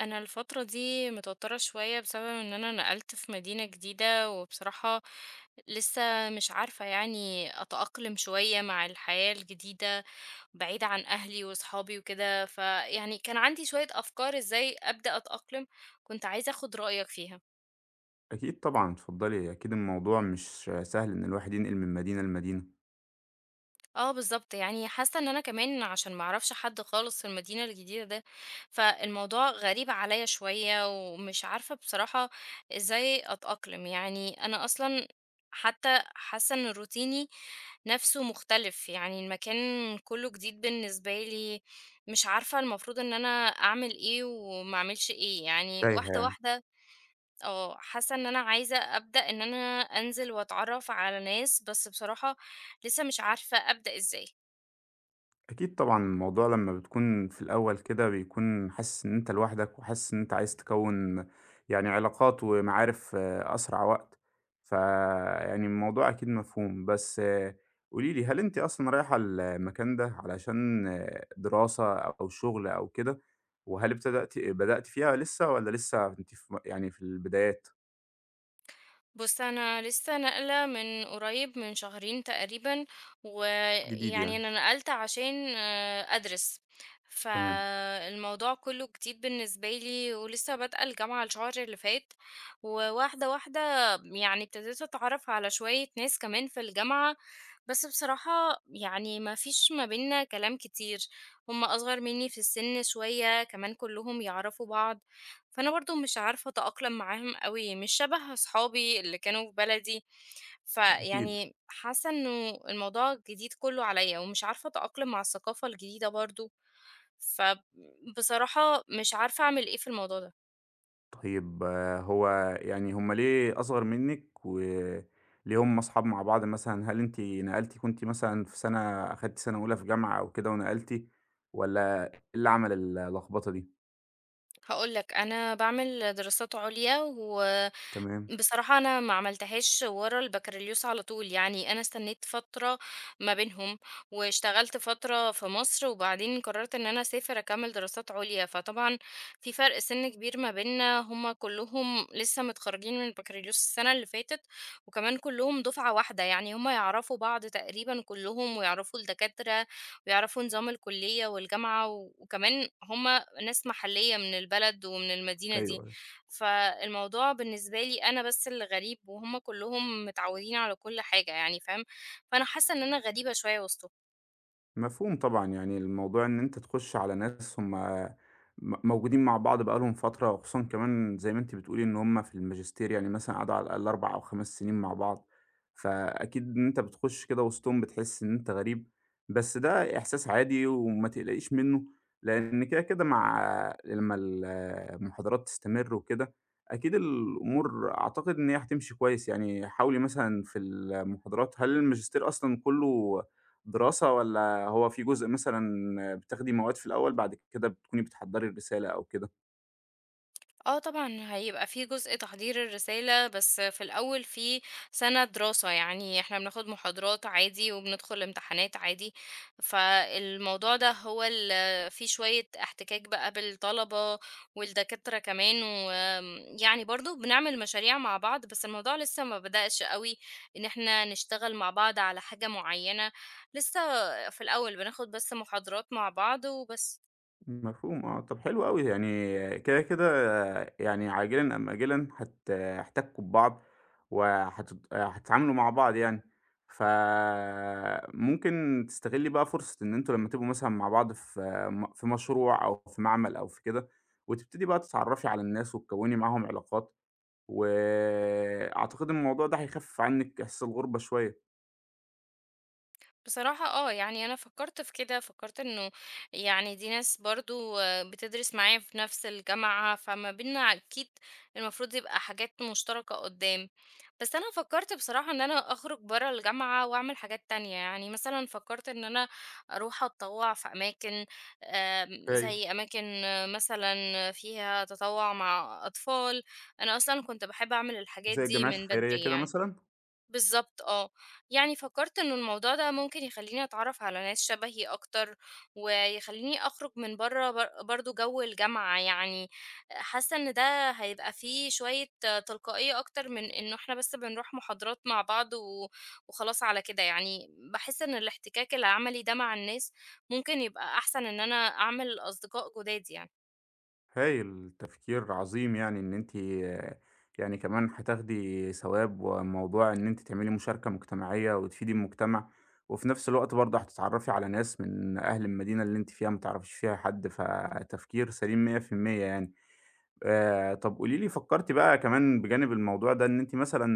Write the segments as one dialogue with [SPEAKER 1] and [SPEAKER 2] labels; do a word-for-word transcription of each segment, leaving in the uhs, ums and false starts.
[SPEAKER 1] انا الفتره دي متوتره شويه بسبب ان انا نقلت في مدينه جديده، وبصراحه لسه مش عارفه يعني اتاقلم شويه مع الحياه الجديده، بعيده عن اهلي واصحابي وكده. فيعني كان عندي شويه افكار ازاي ابدا اتاقلم، كنت عايزه اخد رايك فيها.
[SPEAKER 2] أكيد طبعًا، اتفضّلي، أكيد الموضوع مش سهل إن الواحد ينقل من مدينة لمدينة
[SPEAKER 1] آه بالضبط، يعني حاسة إن أنا كمان عشان ما أعرفش حد خالص في المدينة الجديدة ده، فالموضوع غريب عليَّ شوية ومش عارفة بصراحة إزاي أتأقلم، يعني أنا أصلًا حتى حاسة إن روتيني نَفْسه مختلف، يعني المكان كُلّه جديد بالنسبة لي، مش عارفة المفروض إن أنا أعمل إيه وما أعملش إيه، يعني
[SPEAKER 2] تايهة
[SPEAKER 1] واحدة،
[SPEAKER 2] يعني.
[SPEAKER 1] واحدة. آه، حاسة إن أنا عايزة أبدأ إن أنا أنزل وأتعرّف على ناس، بس بصراحة لسه مش عارفة أبدأ إزاي.
[SPEAKER 2] أكيد طبعًا الموضوع لمّا بتكون في الأول كده بيكون حاسس إن أنت لوحدك وحاسس إن أنت عايز تكوّن يعني علاقات ومعارف في أسرع وقت، فيعني الموضوع أكيد مفهوم. بس قولي لي، هل أنتِ أصلًا رايحة المكان ده علشان آه، دراسة أو شغل أو كده؟ وهل ابتدأتِ بدأتِ فيها لسه والّا لسه أنتِ في م يعني في البدايات؟
[SPEAKER 1] بُص، أنا لسه ناقلة من قريب من شهرين تقريبًا،
[SPEAKER 2] جديد
[SPEAKER 1] ويعني
[SPEAKER 2] يعني،
[SPEAKER 1] أنا نقلت عشان آه، أدرس،
[SPEAKER 2] تمام،
[SPEAKER 1] فالموضوع كله جديد بالنسبة لي، ولسه بادئة الجامعة الشهر اللي فات، وواحدة واحدة يعني ابتديت أتعرف على شوية ناس كمان في الجامعة، بس بصراحة يعني ما فيش ما بيننا كلام كتير، هُم أصغر مني في السن شوية، كمان كلهم يعرفوا بعض. فأنا برضه مش عارفة أتأقلم معاهم أوي، مش شبه أصحابي اللي كانوا في بلدي،
[SPEAKER 2] أكيد.
[SPEAKER 1] فيعني حاسة إنه الموضوع الجديد كله عليّا، ومش عارفة أتأقلم مع الثقافة الجديدة برضه، فبصراحة مش عارفة أعمل إيه في الموضوع ده.
[SPEAKER 2] طيب آه، هو يعني هم ليه أصغر منِّك، وليه هم أصحاب مع بعض مثلًا؟ هل أنتِ نقلتِ كنتِ مثلًا في سنة أخدتِ سنة أولى في جامعة أو كده ونقلتِ، والّا إيه اللي عمل اللخبطة دي؟
[SPEAKER 1] هاقول لك، أنا باعمل دراسات عليا،
[SPEAKER 2] تمام،
[SPEAKER 1] وبصراحة أنا ما عملتهاش ورا البكالوريوس على طول، يعني أنا استنيت فترة ما بينهم، واشتغلت فترة في مصر، وبعدين قررت إن أنا أسافر أكمل دراسات عليا، فطبعًا في فرق سِن كبير ما بيننا، هُم كلّهم لسه متخرجين من البكالوريوس السنة اللي فاتت، وكمان كلّهم دفعة واحدة، يعني هُم يعرفوا بعض تقريبًا كلّهم، ويعرفوا الدكاترة، ويعرفوا نظام الكلية والجامعة، و- وكمان هُم ناس محلية من البلد ومن المدينة
[SPEAKER 2] أيوه،
[SPEAKER 1] دي،
[SPEAKER 2] أيوه.
[SPEAKER 1] فالموضوع بالنسبة لي أنا بس اللي غريب وهم كلّهم متعودين على كل حاجة يعني فاهم، فأنا حاسة إن أنا غريبة شوية وسطهم.
[SPEAKER 2] مفهوم طبعًا، يعني الموضوع إن أنت تخُش على ناس هم م موجودين مع بعض بقى لهم فترة، وخصوصًا كمان زي ما أنتِ بتقولي إن هم في الماجستير، يعني مثلًا قعدوا على الأقل أربع أو خمس سنين مع بعض، فأكيد إن أنت بتخُش كده وسطهم بتحس إن أنت غريب، بس ده إحساس عادي وما تقلقيش منه، لإن كده، كده مع لمّا ال المحاضرات تستمر وكده، أكيد الأمور أعتقد إن هي هتمشي كويس، يعني حاولي مثلًا في المحاضرات هل الماجستير أصلًا كُلّه دراسة والّا هو في جزء مثلًا بتاخدي مواد في الأول، بعد كده بتكوني بتحضّري الرسالة أو كده.
[SPEAKER 1] آه طبعًا هيبقى في جزء تحضير الرسالة، بس في الأول في سَنة دراسة، يعني إحنا بناخد محاضرات عادي وبندخل امتحانات عادي، فالموضوع ده هو ال فيه شوية احتكاك بقى بالطلبة والدكاترة كمان، وآمم يعني برضه بنعمل مشاريع مع بعض، بس الموضوع لسه ما بدأش أوي إن إحنا نشتغل مع بعض على حاجة معينة، لسه في الأول بناخد بس محاضرات مع بعض وبس.
[SPEAKER 2] مفهوم آه، طب حلو أوي، يعني كده، كده يعني عاجلًا أم آجلًا هت هتحتكّوا ببعض وهتت هتتعاملوا مع بعض يعني، فممكن تستغلّي بقى فرصة إن أنتم لمّا تبقوا مثلًا مع بعض في م في مشروع أو في معمل أو في كده، وتبتدي بقى تتعرّفي على الناس وتكوّني معاهم علاقات، وأعتقد الموضوع ده هيخفف عنِّك إحساس الغُربة شوية.
[SPEAKER 1] بصراحة اه يعني انا فكرت في كده فكرت انه يعني دي ناس برضو آه، بتدرس معايا في نفس الجامعة فما بينا اكيد المفروض يبقى حاجات مشتركة قدام، بس انا فكرت بصراحة ان انا اخرج برا الجامعة واعمل حاجات تانية، يعني مثلا فكرت ان انا اروح اتطوع في اماكن، آم،
[SPEAKER 2] ايوه
[SPEAKER 1] زي اماكن آه، مثلا فيها تطوع مع اطفال. انا اصلا كنت بحب اعمل الحاجات
[SPEAKER 2] زي
[SPEAKER 1] دي
[SPEAKER 2] الجمعيات
[SPEAKER 1] من
[SPEAKER 2] الخيرية
[SPEAKER 1] بدري
[SPEAKER 2] كده
[SPEAKER 1] يعني.
[SPEAKER 2] مثلًا؟
[SPEAKER 1] بالضبط آه. يعني فكّرت إنه الموضوع ده ممكن يخلّيني أتعرّف على ناس شبهي أكتر، ويخلّيني أخرج من برّه بر برضه جو الجامعة يعني، حاسّة إن ده هيبقى فيه شوية تلقائية أكتر من إنه إحنا بس بنروح محاضرات مع بعض و وخلاص على كده يعني، باحس إن الاحتكاك العملي ده مع الناس ممكن يبقى أحسن إن أنا أعمل أصدقاء جُداد يعني.
[SPEAKER 2] هايل، تفكير عظيم يعني إن أنتِ يعني كمان هتاخدي ثواب، وموضوع إن أنتِ تعملي مشاركة مجتمعية وتفيدي المجتمع، وفي نفس الوقت برضه هتتعرّفي على ناس من أهل المدينة اللي أنتِ فيها ما تعرفيش فيها حد، فتفكير سليم مية في المية يعني. آآ طب قولي لي فكرتِ بقى كمان بجانب الموضوع ده إن أنتِ مثلًا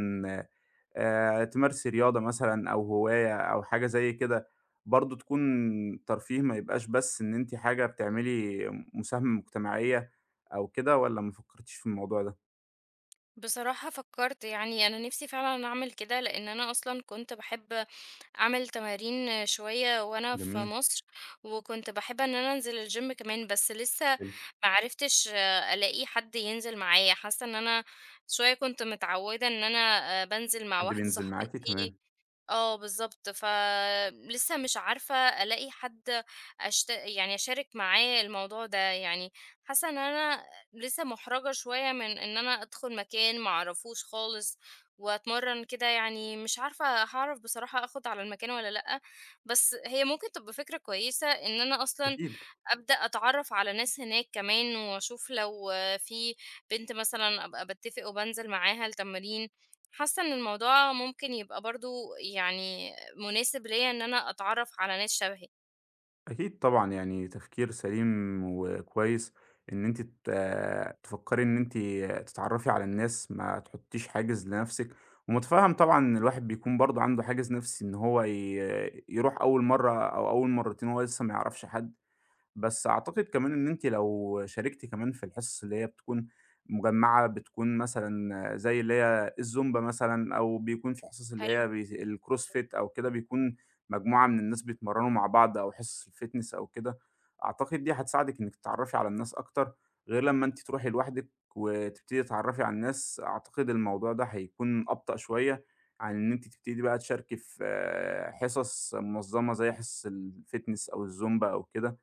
[SPEAKER 2] آآ تمارسي رياضة مثلًا أو هواية أو حاجة زي كده، برضه تكون ترفيه ما يبقاش بس إن أنتِ حاجة بتعملي مساهمة مجتمعية أو كده والّا ما فكرتيش في الموضوع ده؟
[SPEAKER 1] بصراحة فكرت، يعني أنا نفسي فعلًا أعمل كده، لإن أنا أصلًا كنت باحب أعمل تمارين شوية وأنا في
[SPEAKER 2] جميل،
[SPEAKER 1] مصر، وكنت باحب إن أنا أنزل الgym كمان، بس لسه
[SPEAKER 2] حلو.
[SPEAKER 1] ما عرفتش ألاقي حد ينزل معايا، حاسة إن أنا شوية كنت متعودة إن أنا آآ، بانزل مع
[SPEAKER 2] حد
[SPEAKER 1] واحدة
[SPEAKER 2] بينزل
[SPEAKER 1] صاحبتي.
[SPEAKER 2] معاكِ؟ تمام.
[SPEAKER 1] آه بالضبط، فلسه مش عارفة ألاقي حد أشت يعني أشارك معاه الموضوع ده، يعني حاسة إن أنا لسه مُحرَجة شوية من إن أنا أدخُل مكان ما أعرفوش خالص وأتمرّن كده، يعني مش عارفة هاعرف بصراحة آخُد على المكان والّا لأ، بس هي ممكن تبقى فكرة كويسة إن أنا أصلًا
[SPEAKER 2] أكيد.
[SPEAKER 1] أبدأ أتعرّف على ناس هناك كمان وأشوف لو في بنت مثلًا أبقى باتفق وبانزل معاها التمرين، حاسة إن الموضوع ممكن يبقى برضه يعني مناسب ليّا إن أنا أتعرّف على ناس شبهي.
[SPEAKER 2] أكيد طبعًا، يعني تفكير سليم وكويس إن أنتِ ت تفكّري إن أنتِ تتعرّفي على الناس، ما تحطّيش حاجز لنَفْسِك، ومُتفهّم طبعًا إن الواحد بيكون برضه عنده حاجز نَفْسي إن هو ي يروح أول مرّة أو أول مرّتين وهو لسه ما يعرفش حد، بس أعتقد كمان إن أنتِ لو شاركتِ كمان في الحصص اللي هي بتكون مجمّعة، بتكون مثلًا زي اللي هي الزومبا مثلًا أو بيكون في حصص اللي
[SPEAKER 1] حلو.
[SPEAKER 2] هي بي الCrossfit أو كده، بيكون مجموعة من الناس بيتمرّنوا مع بعض أو حصص الfitness أو كده، أعتقد دي هتساعدِك إنِّك تتعرّفي على الناس أكتر، غير لمّا أنتِ تروحي لوحدِك وتبتدي تتعرّفي على الناس، أعتقد الموضوع ده هيكون أبطأ شوية عن إن أنتِ تبتدي بقى تشاركي في آه، حصص منظّمة زي حصص الfitness أو الزومبا أو كده.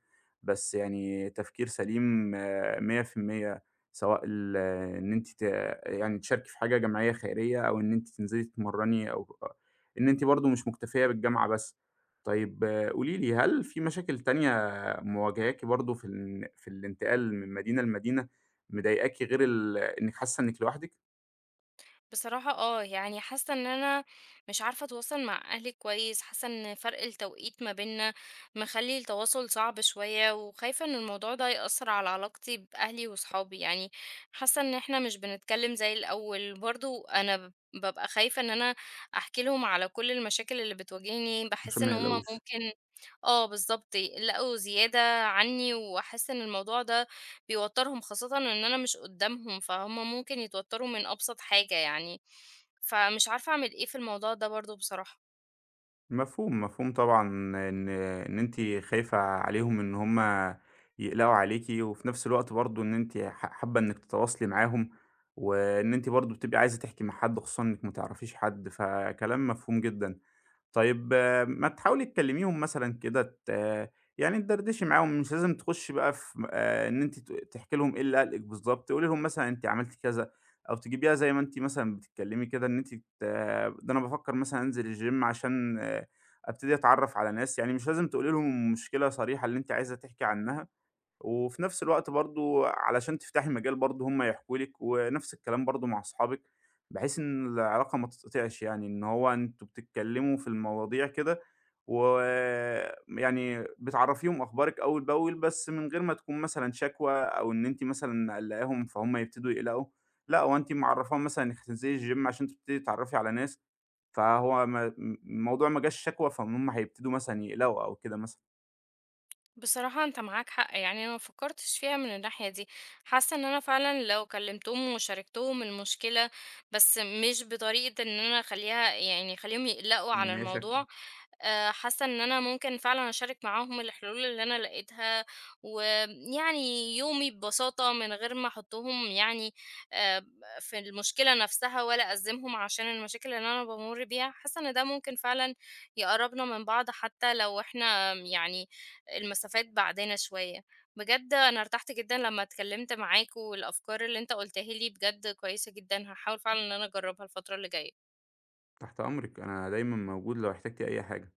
[SPEAKER 2] بس يعني تفكير سليم آآ مية في المية سواء ال آه، إن أنتِ ت يعني تشاركي في حاجة جمعية خيرية أو إن أنتِ تنزلي تتمرّني أو إن أنتِ برضه مش مكتفية بالجامعة بس. طيب آه، قولي لي، هل في مشاكل تانية مواجهاكِ برضه في الن في الانتقال من مدينة لمدينة مضايقاكِ غير ال إنِّك حاسة إنِّك لوحدِك؟
[SPEAKER 1] بصراحة آه، يعني حاسة إن أنا مش عارفة أتواصل مع أهلي كويس، حاسة إن فرق التوقيت ما بيننا مخلّي التواصل صعب شوية، وخايفة إن الموضوع ده يأثّر على علاقتي بأهلي وصحابي، يعني حاسة إن إحنا مش بنتكلم زي الأول، برضه أنا ب بابقى خايفة إن أنا أحكي لهم على كل المشاكل اللي بتواجهني، باحس
[SPEAKER 2] عشان ما
[SPEAKER 1] إن هُم
[SPEAKER 2] يقلقوش.
[SPEAKER 1] ممكن. آه، بالضبط، يقلقوا زيادة عني، وأحس إن الموضوع ده بيوتّرهم، خاصةً إن أنا مش قدّامهم، فهُم ممكن يتوتّروا من أبسط حاجة يعني، فمش عارفة أعمل إيه في الموضوع ده برضه بصراحة.
[SPEAKER 2] مفهوم، مفهوم طبعًا إن إن أنتِ خايفة عليهم إن هم يقلقوا عليكِ، وفي نفس الوقت برضه إن أنتِ ح حابة إنِّك تتواصلي معاهم، وإن أنتِ برضه بتبقي عايزة تحكي مع حد خصوصًا إنِّك ما تعرفيش حد، فكلام مفهوم جدًا. طيب آه، ما تحاولي تكلميهم مثلًا كده ت آه، يعني تدردشي معاهم، مش لازم تخشي بقى في آآ إن أنتِ ت تحكي لهم إيه اللي قلقِك بالضبط، قولي لهم مثلًا أنتِ عملتِ كذا، أو تجيبيها زي ما أنتِ مثلًا بتتكلمي كده إن أنتِ ت آه، ده أنا بافكر مثلًا أنزل الgym عشان آه، أبتدي أتعرّف على ناس، يعني مش لازم تقولي لهم المشكلة صريحة اللي أنتِ عايزة تحكي عنها، وفي نفس الوقت برضه علشان تفتحي مجال برضه هم يحكوا لِك، ونفس الكلام برضه مع أصحابِك، بحيث إن العلاقة ما تتقطعش يعني، إن هو أنتم بتتكلموا في المواضيع كده و يعني بتعرّفيهم أخبارِك أول بأول، بس من غير ما تكون مثلًا شكوى أو إن أنتِ مثلًا مقلّقاهم فهُم يبتدوا يقلقوا، لأ هو أنتِ معرّفاهم مثلًا إنِّك هتنزلي الgym عشان تبتدي تتعرّفي على ناس، فهو ما الموضوع ما جاش شكوى فهُم هيبتدوا مثلًا يقلقوا أو كده مثلًا.
[SPEAKER 1] بصراحة انت معاك حق، يعني انا مفكرتش فيها من الناحية دي، حاسة ان انا فعلا لو كلمتهم وشاركتهم المشكلة، بس مش بطريقة ان انا اخليها يعني اخليهم يقلقوا على
[SPEAKER 2] إن هي شكوى.
[SPEAKER 1] الموضوع. آه، حاسه ان انا ممكن فعلا اشارك معاهم الحلول اللي انا لقيتها ويعني يومي ببساطه من غير ما احطهم يعني آه، في المشكله نفسها ولا ازمهم عشان المشاكل اللي انا بمر بيها، حاسه ان ده ممكن فعلا يقربنا من بعض حتى لو احنا يعني المسافات بعدنا شوية. بجد أنا ارتحت جدًا لمّا اتكلمت معاك، والأفكار اللي أنت قُلتها لي بجد كويسة جدًا، هاحاول فعلًا إن أنا أجربها الفترة اللي جاية.
[SPEAKER 2] تحت أمرِك، أنا دايمًا موجود لو احتجتِ أي حاجة.